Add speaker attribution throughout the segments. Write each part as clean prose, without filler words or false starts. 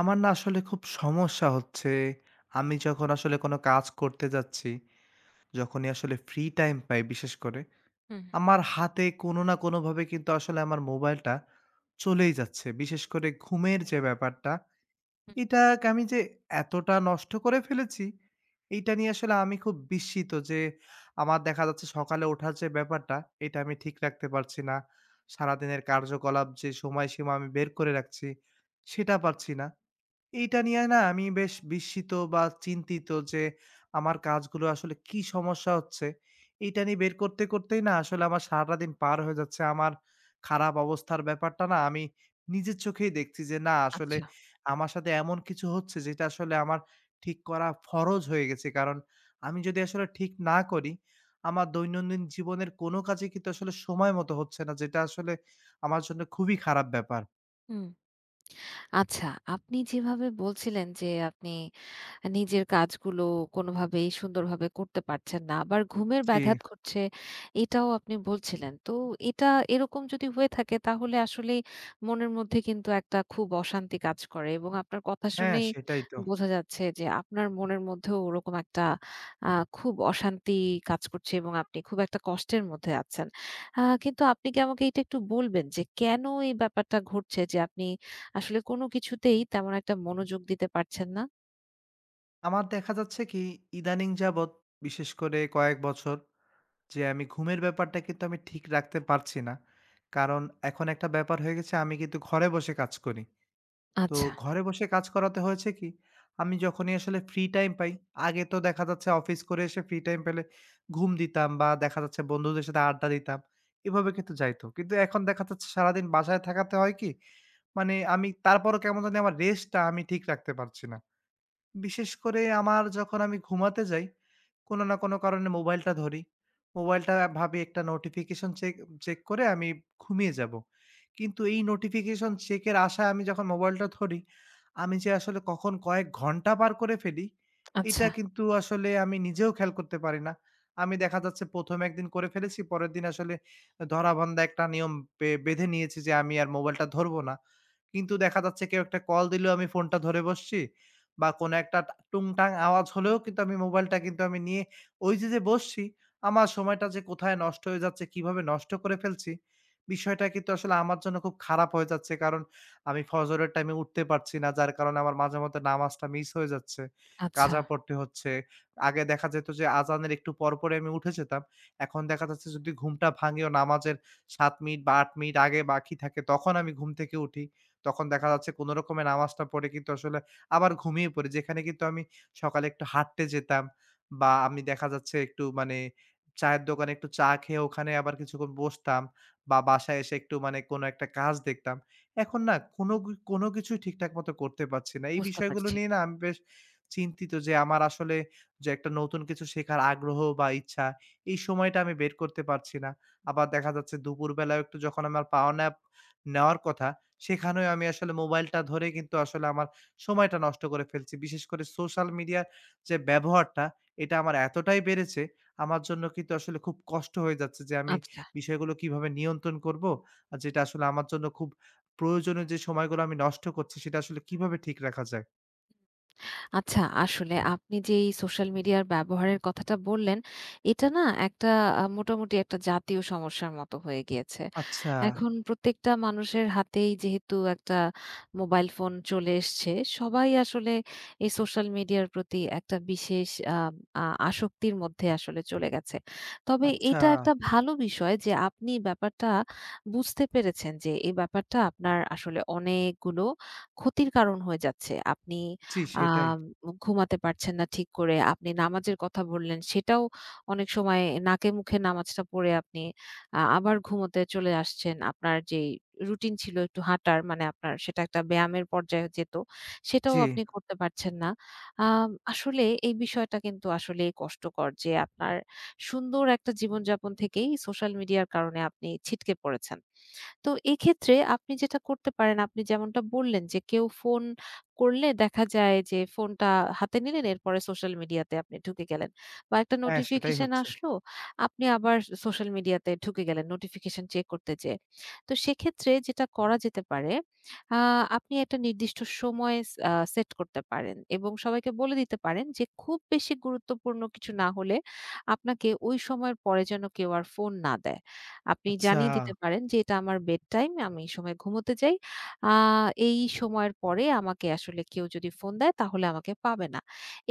Speaker 1: আমার না আসলে খুব সমস্যা হচ্ছে। আমি যখন আসলে কোনো কাজ করতে যাচ্ছি, যখনই আসলে ফ্রি টাইম পাই বিশেষ করে,
Speaker 2: হুম,
Speaker 1: আমার হাতে কোনো না কোনোভাবে কিন্তু আসলে আমার মোবাইলটা চলেই যাচ্ছে। বিশেষ করে ঘুমের যে ব্যাপারটা,
Speaker 2: হুম,
Speaker 1: এটাকে আমি যে এতটা নষ্ট করে ফেলেছি, এইটা নিয়ে আসলে আমি খুব বিস্মিত যে আমার দেখা যাচ্ছে সকালে ওঠার যে ব্যাপারটা, এটা আমি ঠিক রাখতে পারছি না। সারাদিনের কার্যকলাপ যে সময়সীমা আমি বের করে রাখছি, সেটা পারছি না। এইটা নিয়ে না আমি বেশ বিস্মিত বা চিন্তিত যে আমার কাজগুলো আসলে কি সমস্যা হচ্ছে। এইটা নিয়ে বের করতেই না আসলে আমার সারাদিন পার হয়ে যাচ্ছে। আমার খারাপ অবস্থার ব্যাপারটা না আমি নিজের চোখেই দেখছি যে না আসলে
Speaker 2: আচ্ছা।
Speaker 1: আমার সাথে এমন কিছু হচ্ছে যেটা আসলে আমার ঠিক করা ফরজ হয়ে গেছে। কারণ আমি যদি আসলে ঠিক না করি, আমার দৈনন্দিন জীবনের কোনো কাজই কিন্তু আসলে সময় মতো হচ্ছে না। যেটা আসলে আমার জন্য খুবই খারাপ ব্যাপার।
Speaker 2: হুম। আচ্ছা, আপনি যেভাবে বলছিলেন যে আপনি নিজের কাজগুলো কোনোভাবেই সুন্দরভাবে করতে পারছেন না। আবার ঘুমের
Speaker 1: জি,
Speaker 2: ব্যাঘাত ঘটছে, এটাও আপনি বলছিলেন। তো এটা এরকম যদি হয়ে থাকে তাহলে আসলেই মনের মধ্যে কিন্তু একটা খুব অশান্তি কাজ করে, এবং আপনার কথা
Speaker 1: হ্যাঁ
Speaker 2: শুনেই
Speaker 1: সেটাই তো।
Speaker 2: বোঝা যাচ্ছে যে আপনার মনের মধ্যেও ওরকম একটা আ খুব অশান্তি কাজ করছে এবং আপনি খুব একটা কষ্টের মধ্যে আছেন। কিন্তু আপনি কি আমাকে এটা একটু বলবেন যে কেন এই ব্যাপারটা ঘটছে যে আপনি আসলে কোনো কিছুতেই তেমন একটা মনোযোগ দিতে পারছেন না?
Speaker 1: আমার দেখা যাচ্ছে কি ইদানিং যাবৎ বিশেষ করে কয়েক বছর যে আমি ঘুমের ব্যাপারটা কিন্তু আমি ঠিক রাখতে পারছি না। কারণ এখন একটা ব্যাপার হয়ে গেছে আমি কিন্তু ঘরে বসে কাজ করি। তো
Speaker 2: আচ্ছা।
Speaker 1: ঘরে বসে কাজ করাতে হয়েছে কি আমি যখনই আসলে ফ্রি টাইম পাই, আগে তো দেখা যাচ্ছে অফিস করে এসে ফ্রি টাইম পেলে ঘুম দিতাম বা দেখা যাচ্ছে বন্ধুদের সাথে আড্ডা দিতাম। এভাবে কিন্তু যাইত। কিন্তু এখন দেখা যাচ্ছে সারাদিন বাসায় থাকাতে হয় কি, মানে আমি তারপরও কেমন জানি আমার রেস্টটা আমি ঠিক রাখতে পারছি না। বিশেষ করে আমার যখন আমি ঘুমাতে যাই, কোনো না কোনো কারণে মোবাইলটা ধরি। মোবাইলটা ভাবি একটা নোটিফিকেশন চেক চেক করে আমি ঘুমিয়ে যাবো। কিন্তু এই নোটিফিকেশন চেকের আশায় আমি যখন মোবাইলটা ধরি, আমি যে আসলে কখন কয়েক ঘন্টা পার করে ফেলি, এটা
Speaker 2: আচ্ছা,
Speaker 1: কিন্তু আসলে আমি নিজেও খেয়াল করতে পারি না। আমি দেখা যাচ্ছে ১ম একদিন করে ফেলেছি, পরের দিন আসলে ধরাবাঁধা একটা নিয়ম বেঁধে নিয়েছি যে আমি আর মোবাইলটা ধরবো না। কিন্তু দেখা যাচ্ছে কেউ একটা কল দিলেও আমি ফোনটা ধরে বসছি। বা কোনো একটা টুংটাং আওয়াজ হলেও কিন্তু আমি মোবাইলটা কিন্তু আমি নিয়ে ওই যে, যে বসছি, আমার সময়টা যে কোথায় নষ্ট হয়ে যাচ্ছে, কিভাবে নষ্ট করে ফেলছি, বিষয়টা কিন্তু আসলে আমার জন্য খুব খারাপ হয়ে যাচ্ছে। কারণ আমি ফজরের টাইমে উঠতে পারছি না। যার কারণে আমার মাঝে মধ্যে নামাজটা মিস হয়ে যাচ্ছে।
Speaker 2: আচ্ছা,
Speaker 1: কাজা পড়তে হচ্ছে। আগে দেখা যেত যে আজানের একটু পরপরই আমি উঠে যেতাম। এখন দেখা যাচ্ছে যদি ঘুমটা ভাঙেও নামাজের ৭ মিনিট বা ৮ মিনিট আগে বাকি থাকে তখন আমি ঘুম থেকে উঠি। তখন দেখা যাচ্ছে কোন রকমে নামাজটা পড়ে কিন্তু আসলে আবার ঘুমিয়ে পড়ি। যেখানে কিন্তু আমি সকালে একটু হাঁটতে যেতাম বা আমি দেখা যাচ্ছে একটু মানে চায়ের দোকানে একটু চা খেয়ে ওখানে আবার কিছুক্ষণ বসতাম বা বাসায় এসে একটু মানে কোনো একটা কাজ দেখতাম। এখন না কোনো কিছুই ঠিকঠাক মতো করতে পারছি না। এই
Speaker 2: বুঝতে
Speaker 1: বিষয়গুলো
Speaker 2: পারছি।
Speaker 1: নিয়ে না আমি বেশ চিন্তিত যে আমার আসলে যে একটা নতুন কিছু শেখার আগ্রহ বা ইচ্ছা, এই সময়টা আমি বের করতে পারছি না। আবার দেখা যাচ্ছে দুপুরবেলাও একটু যখন আমার পাওয়ার ন্যাপ নেওয়ার কথা, সেখানেও আমি আসলে মোবাইলটা ধরে কিন্তু আসলে আমার সময়টা নষ্ট করে ফেলছি। বিশেষ করে সোশ্যাল মিডিয়ার যে ব্যবহারটা, এটা আমার এতটাই বেড়েছে, আমার জন্য কিন্তু আসলে খুব কষ্ট হয়ে যাচ্ছে যে আমি
Speaker 2: আচ্ছা।
Speaker 1: বিষয়গুলো কিভাবে নিয়ন্ত্রণ করব? আর যেটা আসলে আমার জন্য খুব প্রয়োজনীয় যে সময়গুলো আমি নষ্ট করছি, সেটা আসলে কিভাবে ঠিক রাখা যায়?
Speaker 2: আচ্ছা, আসলে আপনি যে এই সোশ্যাল মিডিয়ার ব্যবহারের কথাটা বললেন, এটা না একটা মোটামুটি একটা জাতীয় সমস্যার মতো হয়ে গিয়েছে।
Speaker 1: আচ্ছা,
Speaker 2: এখন প্রত্যেকটা মানুষের হাতেই যেহেতু একটা মোবাইল ফোন চলে এসছে, সবাই আসলে এই সোশ্যাল মিডিয়ার প্রতি একটা বিশেষ আ আ আসক্তির মধ্যে আসলে চলে গেছে। তবে
Speaker 1: আচ্ছা।
Speaker 2: এটা একটা ভালো বিষয় যে আপনি ব্যাপারটা বুঝতে পেরেছেন যে এই ব্যাপারটা আপনার আসলে অনেকগুলো ক্ষতির কারণ হয়ে যাচ্ছে। আপনি
Speaker 1: জি,
Speaker 2: আ
Speaker 1: সেটাই।
Speaker 2: ঘুমাতে পারছেন না ঠিক করে। আপনি নামাজের কথা বললেন, সেটাও অনেক সময় নাকে মুখে নামাজটা পড়ে আপনি আবার ঘুমোতে চলে আসছেন। আপনার যেই রুটিন ছিল একটু হাঁটার, মানে আপনার সেটা একটা ব্যায়ামের পর্যায়ে যেত। সেটাও
Speaker 1: জি।
Speaker 2: আপনি করতে পারছেন না। আসলে এই বিষয়টা কিন্তু আসলেই কষ্টকর যে আপনার সুন্দর একটা জীবনযাপন থেকেই সোশ্যাল মিডিয়ার কারণে আপনি ছিটকে পড়েছেন। তো এক্ষেত্রে আপনি যেটা করতে পারেন, আপনি যেমনটা বললেন যে কেউ ফোন করলে দেখা যায় যে ফোনটা হাতে নিলেন, এরপরে সোশ্যাল মিডিয়াতে আপনি ঢুকে গেলেন। বা একটা
Speaker 1: হ্যাঁ, সেটাই
Speaker 2: নোটিফিকেশন
Speaker 1: হচ্ছে।
Speaker 2: আসলো, আপনি আবার সোশ্যাল মিডিয়াতে ঢুকে গেলেন নোটিফিকেশন চেক করতে যেয়ে। তো সেক্ষেত্রে যেটা করা যেতে পারে, আ আপনি একটা নির্দিষ্ট সময় স আ সেট করতে পারেন এবং সবাইকে বলে দিতে পারেন যে খুব বেশি গুরুত্বপূর্ণ কিছু না হলে আপনাকে ওই সময়ের পরে যেন কেউ আর ফোন না দেয়। আপনি
Speaker 1: আচ্ছা।
Speaker 2: জানিয়ে দিতে পারেন যে এটা আমার বেড টাইম। আমি এই সময় ঘুমোতে যাই। আ এই সময়ের পরে আমাকে আসলে কেউ যদি ফোন দেয় তাহলে আমাকে পাবে না।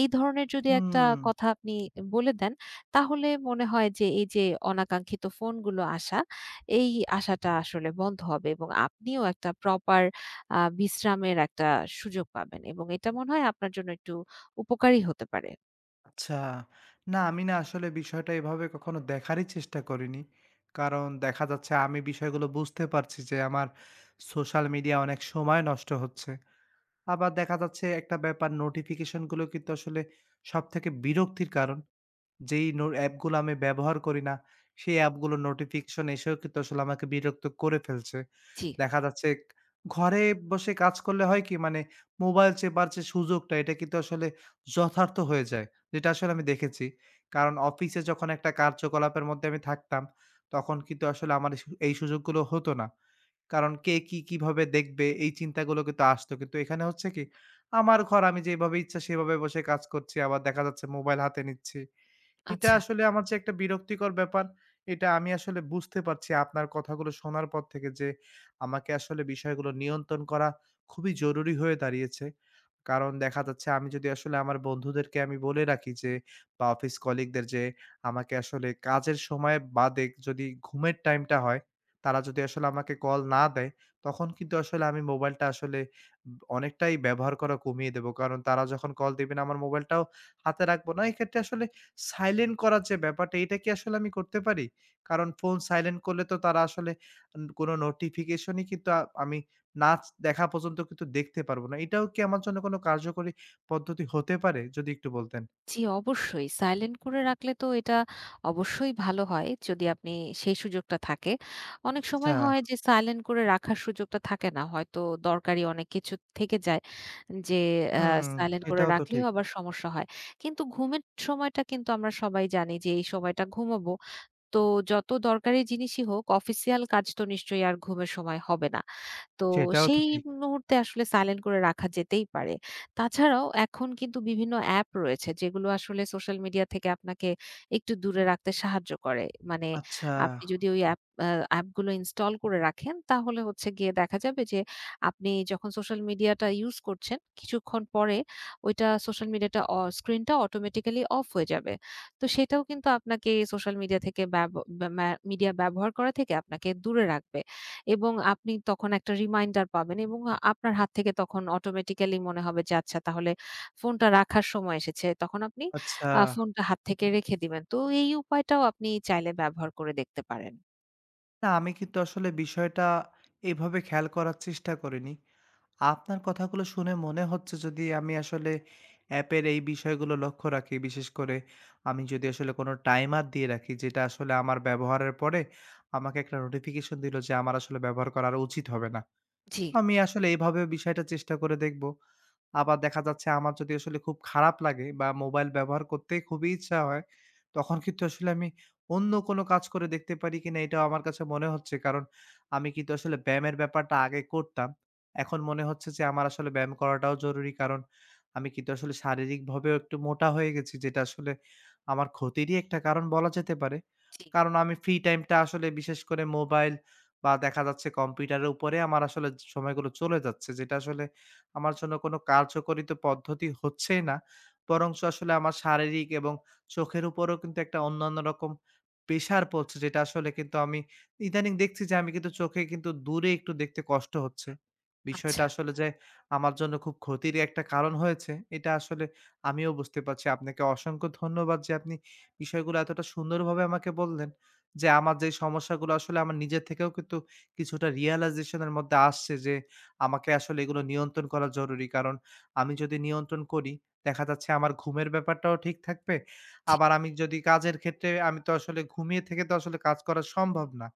Speaker 2: এই ধরনের যদি একটা
Speaker 1: হুম।
Speaker 2: কথা আপনি বলে দেন তাহলে মনে হয় যে এই যে অনাকাঙ্ক্ষিত ফোনগুলো আসা, এই আশাটা আসলে বন্ধ হবে এবং আপনিও একটা প্রপার বিশ্রামের একটা সুযোগ পাবেন, এবং এটা মনে হয় আপনার জন্য একটু উপকারী হতে পারে।
Speaker 1: আচ্ছা। না, আমি না আসলে বিষয়টা এভাবে কখনো দেখারই চেষ্টা করিনি। কারণ দেখা যাচ্ছে আমি বিষয়গুলো বুঝতে পারছি যে আমার সোশ্যাল মিডিয়া অনেক সময় নষ্ট হচ্ছে। আবার দেখা যাচ্ছে একটা ব্যাপার নোটিফিকেশনগুলো কিন্তু আসলে সবথেকে বিরক্তির কারণ। যেই অ্যাপগুলো আমি ব্যবহার করি না, সেই অ্যাপগুলোর নোটিফিকেশন এসেও কিন্তু আসলে আমাকে বিরক্ত করে ফেলছে।
Speaker 2: জি,
Speaker 1: দেখা যাচ্ছে ঘরে বসে কাজ করলে হয় কি মানে মোবাইল চেপার যে সুযোগটা এটা কিন্তু আসলে যথার্থ হয়ে যায়। যেটা আসলে আমি দেখেছি। কারণ অফিসে যখন একটা কার্যকলাপের মধ্যে আমি থাকতাম, তখন কিন্তু আসলে আমার এই সুযোগগুলো হতো না। কারণ কে কি কিভাবে দেখবে এই চিন্তাগুলো কিন্তু আসতো। কিন্তু এখানে হচ্ছে কি আমার ঘর আমি যেভাবে ইচ্ছা সেভাবে বসে কাজ করছি। আবার দেখা যাচ্ছে মোবাইল হাতে নিচ্ছি। এটা
Speaker 2: আচ্ছা।
Speaker 1: আসলে আমার যে একটা বিরক্তিকর ব্যাপার, এটা আমি আসলে বুঝতে পারছি আপনার কথাগুলো শোনার পর থেকে যে, আমাকে আসলে বিষয়গুলো নিয়ন্ত্রণ করা খুবই জরুরি হয়ে দাঁড়িয়েছে। কারণ দেখা যাচ্ছে আমি যদি আসলে আমার বন্ধুদেরকে আমি বলে রাখি যে বা অফিস কলিগদের যে আমাকে আসলে কাজের সময় বাদে যদি ঘুমের টাইমটা হয়, তারা যদি আসলে আমাকে কল না দেয়, তখন কিন্তু আসলে আমি মোবাইলটা আসলে অনেকটাই ব্যবহার করা কমিয়ে দেব। কারণ তারা যখন কল দিবে না, আমার মোবাইলটাও হাতে রাখবো না। এক্ষেত্রে আসলে সাইলেন্ট করার যে ব্যাপারটা, এটা কি আসলে আমি করতে পারি? কারণ ফোন সাইলেন্ট করলে তো তারা আসলে কোনো নোটিফিকেশনই কিন্তু আমি নাচ দেখা পর্যন্ত কিন্তু দেখতে পারবো না। এটাও কি আমার জন্য কোনো কার্যকরী পদ্ধতি হতে পারে? যদি একটু বলতেন।
Speaker 2: জি, অবশ্যই। সাইলেন্ট করে রাখলে তো এটা অবশ্যই ভালো হয়, যদি আপনি সেই সুযোগটা থাকে। অনেক
Speaker 1: আচ্ছা।
Speaker 2: সময় হয় যে সাইলেন্ট করে রাখার সুযোগটা থাকে না। হয়তো দরকারি অনেক কিছু থেকে যায় যে আ
Speaker 1: হুম,
Speaker 2: সাইলেন্ট করে
Speaker 1: এটাও তো
Speaker 2: রাখলেও
Speaker 1: ঠিক।
Speaker 2: আবার সমস্যা হয়। কিন্তু ঘুমের সময়টা কিন্তু আমরা সবাই জানি যে এই সময়টা ঘুমাবো। তো যত দরকারি জিনিসই হোক, অফিসিয়াল কাজ তো নিশ্চয়ই আর ঘুমের সময় হবে না। তো
Speaker 1: সেটাও তো
Speaker 2: সেই
Speaker 1: ঠিক।
Speaker 2: মুহূর্তে আসলে সাইলেন্ট করে রাখা যেতেই পারে। তাছাড়াও এখন কিন্তু বিভিন্ন অ্যাপ রয়েছে যেগুলো আসলে সোশ্যাল মিডিয়া থেকে আপনাকে একটু দূরে রাখতে সাহায্য করে। মানে
Speaker 1: আচ্ছা,
Speaker 2: আপনি যদি ওই অ্যাপগুলো ইনস্টল করে রাখেন তাহলে হচ্ছে গিয়ে দেখা যাবে যে আপনি যখন সোশ্যাল মিডিয়াটা ইউজ করছেন কিছুক্ষণ পরে ওইটা সোশ্যাল মিডিয়াটা অ স্ক্রিনটা অটোমেটিক্যালি অফ হয়ে যাবে। তো সেটাও কিন্তু আপনাকে সোশ্যাল মিডিয়া থেকে ব্যব ব্যা মিডিয়া ব্যবহার করা থেকে আপনাকে দূরে রাখবে। এবং আপনি তখন একটা রিমাইন্ডার পাবেন, এবং আপনার হাত থেকে তখন অটোমেটিক্যালি মনে হবে যে আচ্ছা তাহলে ফোনটা রাখার সময় এসেছে। তখন আপনি
Speaker 1: আচ্ছা।
Speaker 2: ফোনটা হাত থেকে রেখে দিবেন। তো এই উপায়টাও আপনি চাইলে ব্যবহার করে দেখতে পারেন।
Speaker 1: না আমি কিন্তু আসলে বিষয়টা এভাবে খেয়াল করার চেষ্টা করিনি। আপনার কথাগুলো শুনে মনে হচ্ছে যদি আমি আসলে অ্যাপের এই বিষয়গুলো লক্ষ্য রাখি, বিশেষ করে আমি যদি আসলে কোনো টাইমার দিয়ে রাখি যেটা আসলে আমার ব্যবহারের পরে আমাকে একটা নোটিফিকেশন দিল যে আমার আসলে ব্যবহার করা আর উচিত হবে না।
Speaker 2: জি,
Speaker 1: আমি আসলে এভাবে বিষয়টা চেষ্টা করে দেখব। আবার দেখা যাচ্ছে আমার যদি আসলে খুব খারাপ লাগে বা মোবাইল ব্যবহার করতে খুবই ইচ্ছা হয়, তখন কিন্তু আসলে আমি অন্য কোনো কাজ করে দেখতে পারি কিনা এটাও আমার কাছে মনে হচ্ছে। কারণ আমি কিন্তু আসলে ব্যায়ামের ব্যাপারটা আগে করতাম। এখন মনে হচ্ছে যে আমার আসলে ব্যায়াম করাটাও জরুরি। কারণ আমি কিন্তু আসলে শারীরিকভাবেও একটু মোটা হয়ে গেছি যেটা আসলে আমার ক্ষতিরই একটা কারণ বলা যেতে পারে।
Speaker 2: জি।
Speaker 1: কারণ আমি ফ্রি টাইমটা আসলে বিশেষ করে মোবাইল বা দেখা যাচ্ছে কম্পিউটারের উপরে আমার আসলে সময়গুলো চলে যাচ্ছে। যেটা আসলে আমার জন্য কোনো কার্যকরিত পদ্ধতি হচ্ছেই না। বরঞ্চ আসলে আমার শারীরিক এবং চোখের উপরেও কিন্তু একটা অন্যান্য রকম প্রেশার পড়ছে। যেটা আসলে কিন্তু আমি ইদানিং দেখছি যে আমি কিন্তু চোখে কিন্তু দূরে একটু দেখতে কষ্ট হচ্ছে। বিষয়টা
Speaker 2: আচ্ছা,
Speaker 1: আসলে যে আমার জন্য খুব ক্ষতির একটা কারণ হয়েছে, এটা আসলে আমিও বুঝতে পারছি। আপনাকে অসংখ্য ধন্যবাদ যে আপনি বিষয়গুলো এতটা সুন্দরভাবে আমাকে বললেন। যে আমার যে সমস্যাগুলো আসলে আমার নিজে থেকেও কিন্তু কিছুটা realization এর মধ্যে আসছে যে আমাকে আসলে এগুলো নিয়ন্ত্রণ করা জরুরি। কারণ আমি যদি নিয়ন্ত্রণ করি, দেখা যাচ্ছে আমার ঘুমের ব্যাপারটাও ঠিক থাকবে।
Speaker 2: জি,
Speaker 1: আবার আমি যদি কাজের ক্ষেত্রে আমি তো আসলে ঘুমিয়ে থেকে তো আসলে কাজ করা সম্ভব না।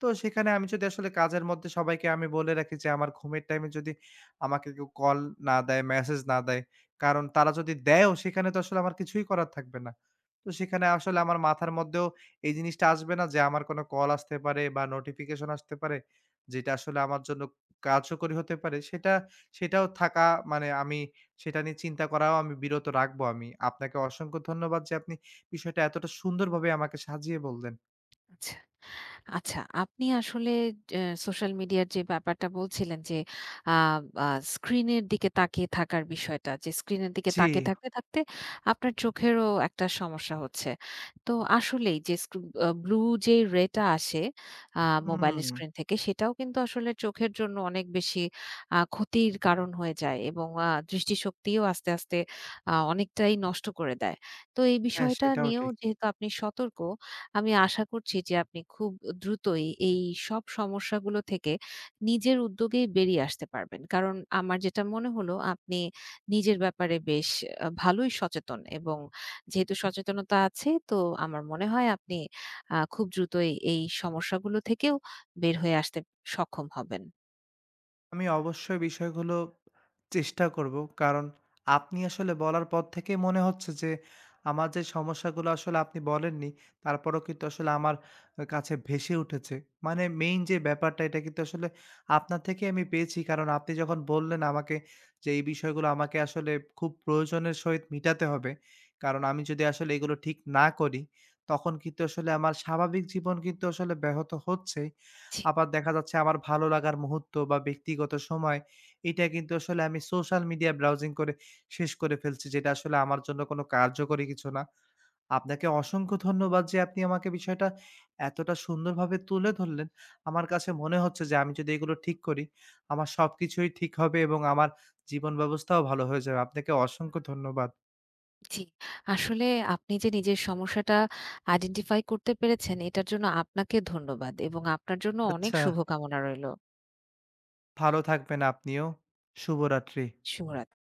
Speaker 1: তো সেখানে আমি যদি আসলে কাজের মধ্যে সবাইকে আমি বলে রাখি যে আমার ঘুমের টাইমে যদি আমাকে কেউ কল না দেয়, মেসেজ না দেয়, কারণ তারা যদি দেয়ও সেখানে তো আসলে আমার কিছুই করার থাকবে না। তো সেখানে আসলে আমার মাথার মধ্যেও এই জিনিসটা আসবে না যে আমার কোনো কল আসতে পারে বা নোটিফিকেশন আসতে পারে, যেটা আসলে আমার জন্য কার্যকরী হতে পারে সেটা সেটাও থাকা মানে আমি সেটা নিয়ে চিন্তা করাও আমি বিরত রাখবো আমি। আপনাকে অসংখ্য ধন্যবাদ যে আপনি বিষয়টা এতটা সুন্দরভাবে আমাকে সাজিয়ে বললেন।
Speaker 2: আচ্ছা। আচ্ছা, আপনি আসলে যে সোশ্যাল মিডিয়ার যে ব্যাপারটা বলছিলেন যে আ আ স্ক্রিনের দিকে তাকিয়ে থাকার বিষয়টা, যে স্ক্রিনের দিকে
Speaker 1: জি,
Speaker 2: তাকিয়ে থাকতে, থাকতে আপনার চোখেরও একটা সমস্যা হচ্ছে। তো আসলেই যে স্ক্রু আ ব্লু যে রে টা আসে আ মোবাইলের
Speaker 1: হুম।
Speaker 2: স্ক্রিন থেকে, সেটাও কিন্তু আসলে চোখের জন্য অনেক বেশি ক্ষতির কারণ হয়ে যায়, এবং দৃষ্টিশক্তিও আস্তে, আস্তে অনেকটাই নষ্ট করে দেয়। তো এই
Speaker 1: হ্যাঁ,
Speaker 2: বিষয়টা
Speaker 1: সেটাও
Speaker 2: নিয়েও
Speaker 1: ঠিক।
Speaker 2: যেহেতু আপনি সতর্ক, আমি আশা করছি যে আপনি খুব দ্রুতই এই সব সমস্যাগুলো থেকে নিজের উদ্যোগেই বেরিয়ে আসতে পারবেন। কারণ আমার যেটা মনে হলো আপনি নিজের ব্যাপারে বেশ ভালোই সচেতন, এবং যেহেতু সচেতনতা আছে তো আমার মনে হয় আপনি খুব দ্রুতই এই সমস্যাগুলো থেকেও বের হয়ে আসতে সক্ষম হবেন।
Speaker 1: আমি অবশ্যই বিষয়গুলো চেষ্টা করব। কারণ আপনি আসলে বলার পর থেকেই মনে হচ্ছে যে, আমার যে সমস্যাগুলো আসলে আপনি বলেননি, তারপরেও কিন্তু আসলে আমার কাছে ভেসে উঠেছে। মানে মেইন যে ব্যাপারটা এটা কিন্তু আসলে আপনার থেকেই আমি পেয়েছি। কারণ আপনি যখন বললেন আমাকে যে, এই বিষয়গুলো আমাকে আসলে খুব প্রয়োজনের সহিত মিটাতে হবে। কারণ আমি যদি আসলে এগুলো ঠিক না করি, তখন কিন্তু আসলে আমার স্বাভাবিক জীবন কিন্তু আসলে ব্যাহত হচ্ছে।
Speaker 2: জি,
Speaker 1: আবার দেখা যাচ্ছে আমার ভালো লাগার মুহূর্ত বা ব্যক্তিগত সময়, এটা কিন্তু আসলে আমি সোশ্যাল মিডিয়া ব্রাউজিং করে শেষ করে ফেলছি, যেটা আসলে আমার জন্য কোনো কার্যকরী কিছু না। আপনাকে অসংখ্য ধন্যবাদ যে আপনি আমাকে বিষয়টা এতটা সুন্দরভাবে তুলে ধরলেন। আমার কাছে মনে হচ্ছে যে আমি যদি এগুলো ঠিক করি, আমার সবকিছুই ঠিক হবে এবং আমার জীবন ব্যবস্থাও ভালো হয়ে যাবে। আপনাকে অসংখ্য ধন্যবাদ।
Speaker 2: জি। আসলে আপনি যে নিজের সমস্যাটা আইডেন্টিফাই করতে পেরেছেন, এটার জন্য আপনাকে ধন্যবাদ এবং আপনার জন্য অনেক
Speaker 1: আচ্ছা,
Speaker 2: শুভকামনা রইলো।
Speaker 1: ভালো থাকবেন আপনিও। শুভরাত্রি।
Speaker 2: শুভরাত্রি।